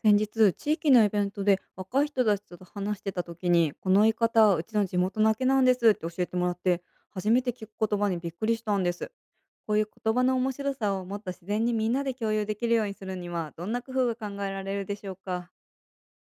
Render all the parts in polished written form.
先日地域のイベントで若い人たちと話してた時にこの言い方はうちの地元だけなんですって教えてもらって初めて聞く言葉にびっくりしたんです。こういう言葉の面白さをもっと自然にみんなで共有できるようにするにはどんな工夫が考えられるでしょうか？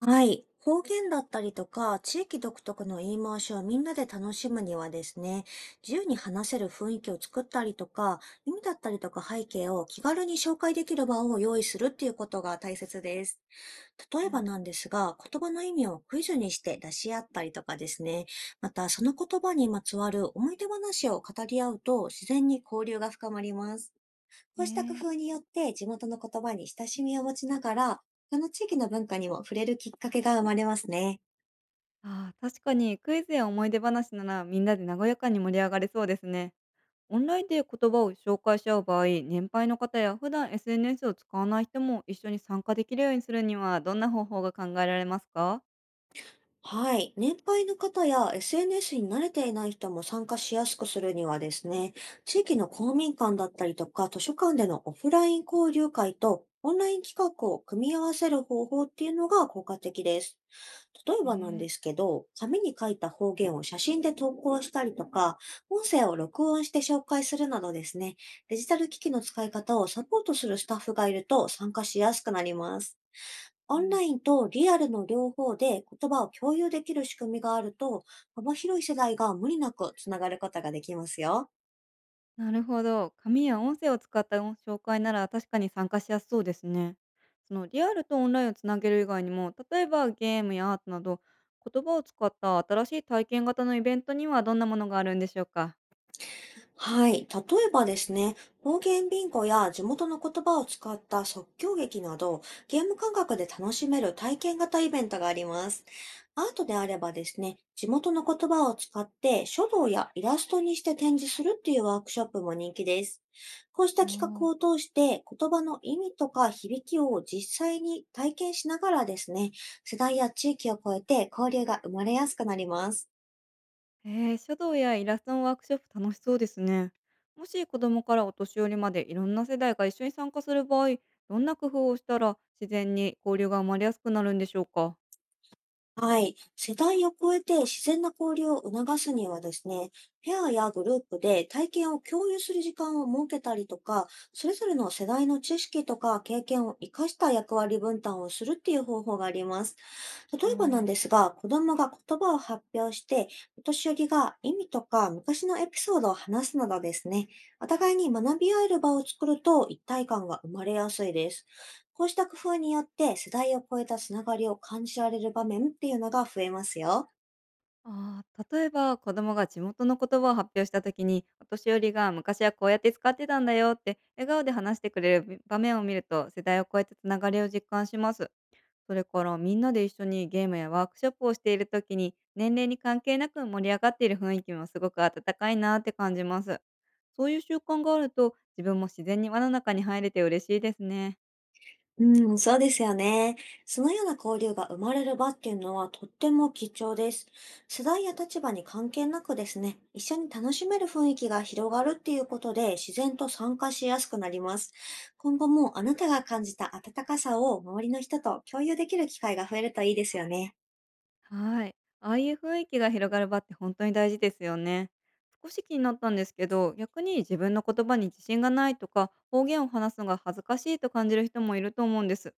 はい。方言だったりとか、地域独特の言い回しをみんなで楽しむにはですね、自由に話せる雰囲気を作ったりとか、意味だったりとか背景を気軽に紹介できる場を用意するっていうことが大切です。例あえばなんー。ですが、言葉の意味をクイズにして出し合ったりとかですね、またその言葉にまつわる思い出話を語り合うと自然に交流が深まります。えこうした工ー、夫によって地元の言葉に親しみを持ちながら、他の地域の文化にも触れるきっかけが生まれますね。あー、確かにクイズや思い出話ならみんなで和やかに盛り上がれそうですね。オンラインで言葉を紹介し合う場合、年配の方や普段 SNS を使わない人も一緒に参加できるようにするにはどんな方法が考えられますか？はい。年配の方や SNS に慣れていない人も参加しやすくするにはですね、地域の公民館だったりとか図書館でのオフライン交流会とオンライン企画を組み合わせる方法っていうのが効果的です。例ええばなんー。ですけど、紙に書いた方言を写真で投稿したりとか、音声を録音して紹介するなどですね、デジタル機器の使い方をサポートするスタッフがいると参加しやすくなります。うオンん、ラインとリアルの両方で言葉を共有できる仕組みがあると、幅広い世代が無理なくつながることができますよ。なるほど。紙や音声を使った紹介なら確かに参加しやすそうですね。そのリアルとオンラインをつなげる以外にも、例えばゲームやアートなど、言葉を使った新しい体験型のイベントにはどんなものがあるんでしょうか。はい。例えばですね、方言ビンゴや地元の言葉を使った即興劇など、ゲーム感覚で楽しめる体験型イベントがあります。アートであればですね、地元の言葉を使って書道やイラストにして展示するっていうワークショップも人気です。こうした企画を通して言葉の意味とか響きを実際に体験しながらですね、世代や地域を超えて交流が生まれやすくなります。書道やイラストのワークショップ楽しそうですね。もし子供からお年寄りまでいろんな世代が一緒に参加する場合、どんな工夫をしたら自然に交流が生まれやすくなるんでしょうか？はい。世代を超えて自然な交流を促すにはですね、ペアやグループで体験を共有する時間を設けたりとか、それぞれの世代の知識とか経験を活かした役割分担をするっていう方法があります。例おえばなんー。ですが、子供が言葉を発表して、お年寄りが意味とか昔のエピソードを話すなどですね、お互いに学び合える場を作ると一体感が生まれやすいです。こうした工夫によって世代を超えたつながりを感じられる場面っていうのが増えますよ。あー、例えば子供が地元の言葉を発表した時にお年寄りが昔はこうやって使ってたんだよって笑顔で話してくれる場面を見ると世代を超えたつながりを実感します。それからみんなで一緒にゲームやワークショップをしている時に年齢に関係なく盛り上がっている雰囲気もすごく温かいなって感じます。そういう習慣があると自分も自然に輪の中に入れて嬉しいですね。うん、そうですよね。そのような交流が生まれる場っていうのはとっても貴重です。世代や立場に関係なくですね、一緒に楽しめる雰囲気が広がるっていうことで自然と参加しやすくなります。今後もあなたが感じた温かさを周りの人と共有できる機会が増えるといいですよね。はい。ああいう雰囲気が広がる場って本当に大事ですよね。少し気になったんですけど逆に自分の言葉に自信がないとか方言を話すのが恥ずかしいと感じる人もいると思うんです。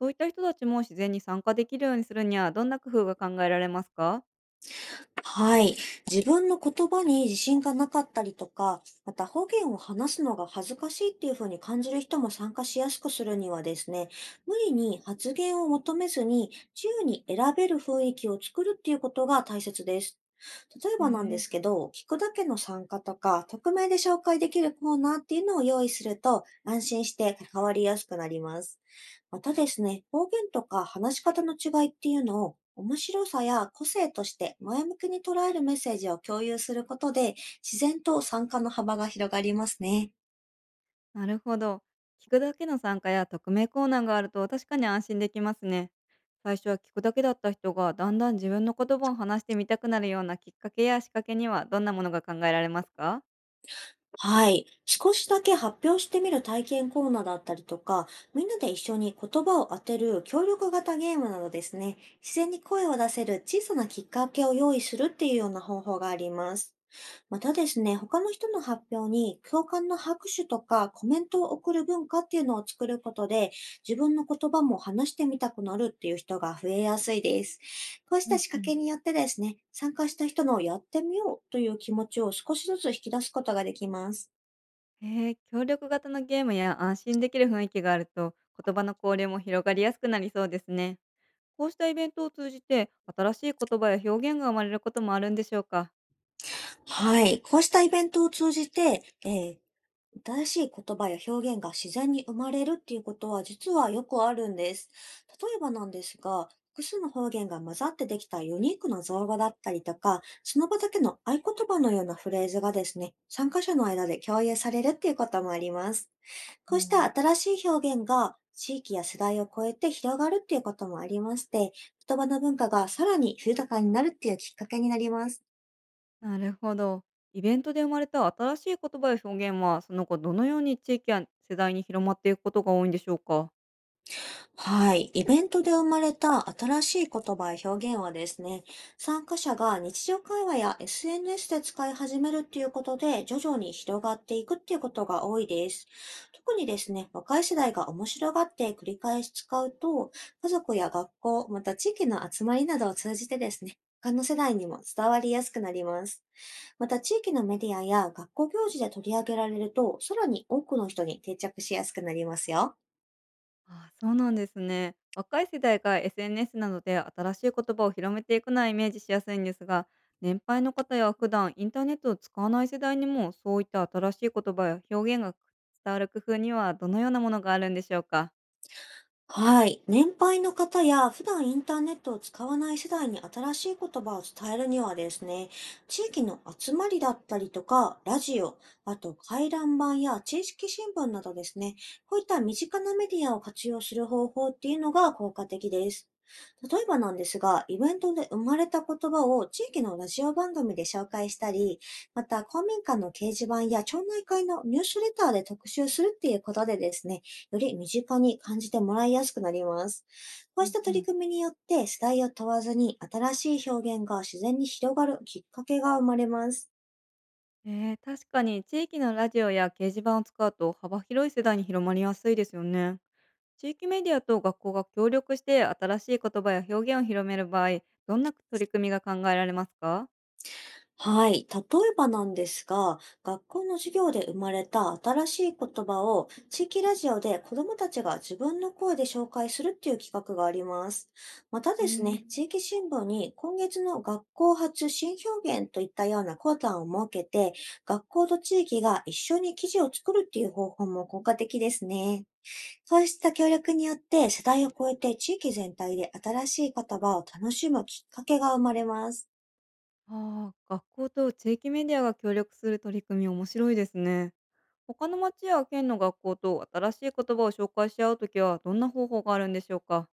そういった人たちも自然に参加できるようにするにはどんな工夫が考えられますか？はい。自分の言葉に自信がなかったりとか、また方言を話すのが恥ずかしいっていうふうに感じる人も参加しやすくするにはですね、無理に発言を求めずに自由に選べる雰囲気を作るっていうことが大切です。例えばなんでええ。すけど、聞くだけの参加とか、匿名で紹介できるコーナーっていうのを用意すると安心して関わりやすくなります。またですね、方言とか話し方の違いっていうのを面白さや個性として前向きに捉えるメッセージを共有することで、自然と参加の幅が広がりますね。なるほど。聞くだけの参加や匿名コーナーがあると確かに安心できますね。最初は聞くだけだった人がだんだん自分の言葉を話してみたくなるようなきっかけや仕掛けにはどんなものが考えられますか？はい。少しだけ発表してみる体験コーナーだったりとか、みんなで一緒に言葉を当てる協力型ゲームなどですね、自然に声を出せる小さなきっかけを用意するっていうような方法があります。またですね、他の人の発表に共感の拍手とかコメントを送る文化っていうのを作ることで、自分の言葉も話してみたくなるっていう人が増えやすいです。こうしうたん仕う掛ん、けによってですね、参加した人のやってみようという気持ちを少しずつ引き出すことができます。へえ、協力型のゲームや安心できる雰囲気があると言葉の交流も広がりやすくなりそうですね。こうしたイベントを通じて新しい言葉や表現が生まれることもあるんでしょうか。はい。こうしたイベントを通じて、新しい言葉や表現が自然に生まれるっていうことは実はよくあるんです。例えばなんですが、複数の方言が混ざってできたユニークな造語だったりとか、その場だけの合言葉のようなフレーズがですね、参加者の間で共有されるっていうこともあります。こうした新しい表現が地域や世代を超えて広がるっていうこともありまして、言葉の文化がさらに豊かになるっていうきっかけになります。なるほど。イベントで生まれた新しい言葉や表現は、その後どのように地域や世代に広まっていくことが多いんでしょうか。はい。イベントで生まれた新しい言葉や表現はですね、参加者が日常会話や SNS で使い始めるっていうことで、徐々に広がっていくっていうことが多いです。特にですね、若い世代が面白がって繰り返し使うと、家族や学校、また地域の集まりなどを通じてですね、他の世代にも伝わりやすくなります。また地域のメディアや学校行事で取り上げられると、さらに多くの人に定着しやすくなりますよ。ああ、そうなんですね。若い世代が SNS などで新しい言葉を広めていくのはイメージしやすいんですが、年配の方や普段インターネットを使わない世代にもそういった新しい言葉や表現が伝わる工夫にはどのようなものがあるんでしょうか。はい。年配の方や普段インターネットを使わない世代に新しい言葉を伝えるにはですね、地域の集まりだったりとか、ラジオ、あと回覧板や地域新聞などですね、こういった身近なメディアを活用する方法っていうのが効果的です。例えばなんですが、イベントで生まれた言葉を地域のラジオ番組で紹介したり、また公民館の掲示板や町内会のニュースレターで特集するっていうことでですね、より身近に感じてもらいやすくなります。こううしんたう取りん、組みによって世代を問わずに、新しい表現が自然に広がるきっかけが生まれます。確かに地域のラジオや掲示板を使うと幅広い世代に広まりやすいですよね。地域メディアと学校が協力して新しい言葉や表現を広める場合、どんな取り組みが考えられますか？はい。例えばなんですが、学校の授業で生まれた新しい言葉を地域ラジオで子どもたちが自分の声で紹介するっていう企画があります。またえですー、ね、地域新聞に今月の学校発新表現といったようなコーナーを設けて、学校と地域が一緒に記事を作るっていう方法も効果的ですね。そうした協力によって世代を超えて地域全体で新しい言葉を楽しむきっかけが生まれます。ああ、学校と地域メディアが協力する取り組み面白いですね。他の町や県の学校と新しい言葉を紹介し合うときはどんな方法があるんでしょうか？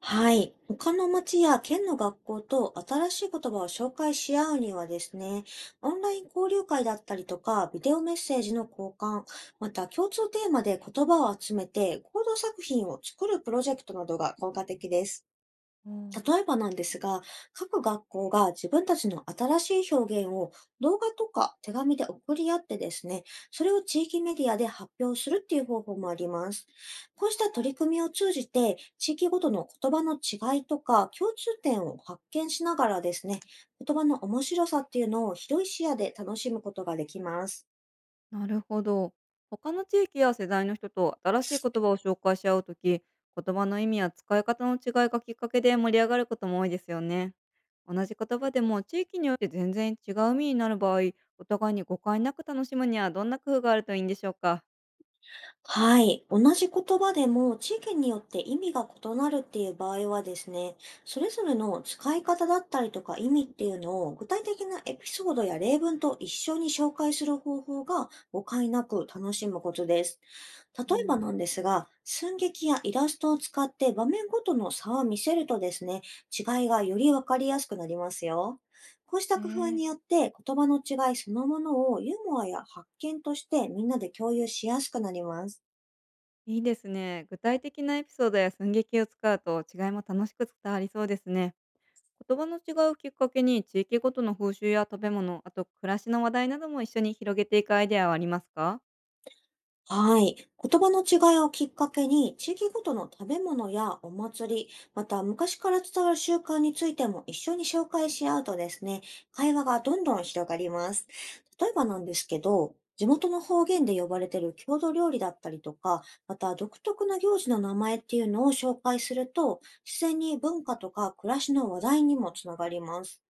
はい。他の町や県の学校と新しい言葉を紹介し合うにはですね、オンライン交流会だったりとか、ビデオメッセージの交換、また共通テーマで言葉を集めて、合同作品を作るプロジェクトなどが効果的です。例えばなんですが、各学校が自分たちの新しい表現を動画とか手紙で送り合ってですね、それを地域メディアで発表するっていう方法もあります。こうした取り組みを通じて、地域ごとの言葉の違いとか共通点を発見しながらですね、言葉の面白さっていうのを広い視野で楽しむことができます。なるほど。他の地域や世代の人と新しい言葉を紹介し合うとき、言葉の意味や使い方の違いがきっかけで盛り上がることも多いですよね。同じ言葉でも地域によって全然違う意味になる場合、お互いに誤解なく楽しむにはどんな工夫があるといいんでしょうか。はい。同じ言葉でも地域によって意味が異なるっていう場合はですね、それぞれの使い方だったりとか意味っていうのを具体的なエピソードや例文と一緒に紹介する方法が誤解なく楽しむことです。例おおえばー。なんですが、寸劇やイラストを使って場面ごとの差を見せるとですね、違いがよりわかりやすくなりますよ。こうしたえ工夫ー、によって、言葉の違いそのものをユーモアや発見としてみんなで共有しやすくなります。いいですね。具体的なエピソードや寸劇を使うと違いも楽しく伝わりそうですね。言葉の違うきっかけに地域ごとの風習や食べ物、あと暮らしの話題なども一緒に広げていくアイデアはありますか？はい。言葉の違いをきっかけに、地域ごとの食べ物やお祭り、また昔から伝わる習慣についても一緒に紹介し合うとですね、会話がどんどん広がります。例えばなんですけど、地元の方言で呼ばれている郷土料理だったりとか、また独特な行事の名前っていうのを紹介すると、自然に文化とか暮らしの話題にもつながります。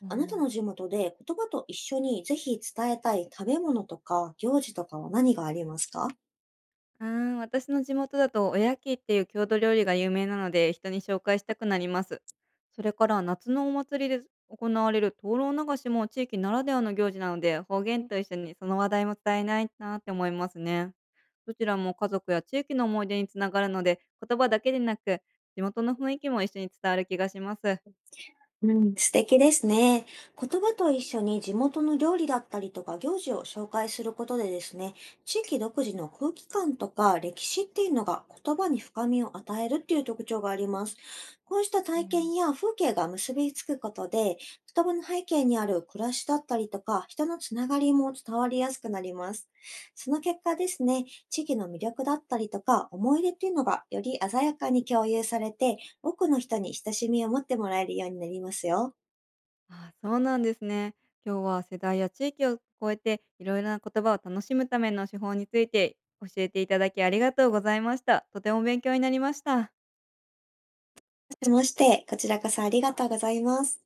おあなたー。の地元で言葉と一緒にぜひ伝えたい食べ物とか行事とかは何がありますか？うーん、私の地元だとおやきっていう郷土料理が有名なので人に紹介したくなります。それから夏のお祭りで行われる灯籠流しも地域ならではの行事なので方言と一緒にその話題も伝えないなって思いますね。どちらも家族や地域の思い出につながるので言葉だけでなく地元の雰囲気も一緒に伝わる気がします。うん、素敵ですね。言葉と一緒に地元の料理だったりとか行事を紹介することでですね、地域独自の空気感とか歴史っていうのが言葉に深みを与えるっていう特徴があります。こうした体験や風景が結びつくことで、言葉の背景にある暮らしだったりとか、人のつながりも伝わりやすくなります。その結果ですね、地域の魅力だったりとか思い出っていうのがより鮮やかに共有されて、多くの人に親しみを持ってもらえるようになりますよ。ああ、そうなんですね。今日は世代や地域を超えていろいろな言葉を楽しむための手法について教えていただきありがとうございました。とても勉強になりました。もしもして、こちらこそありがとうございます。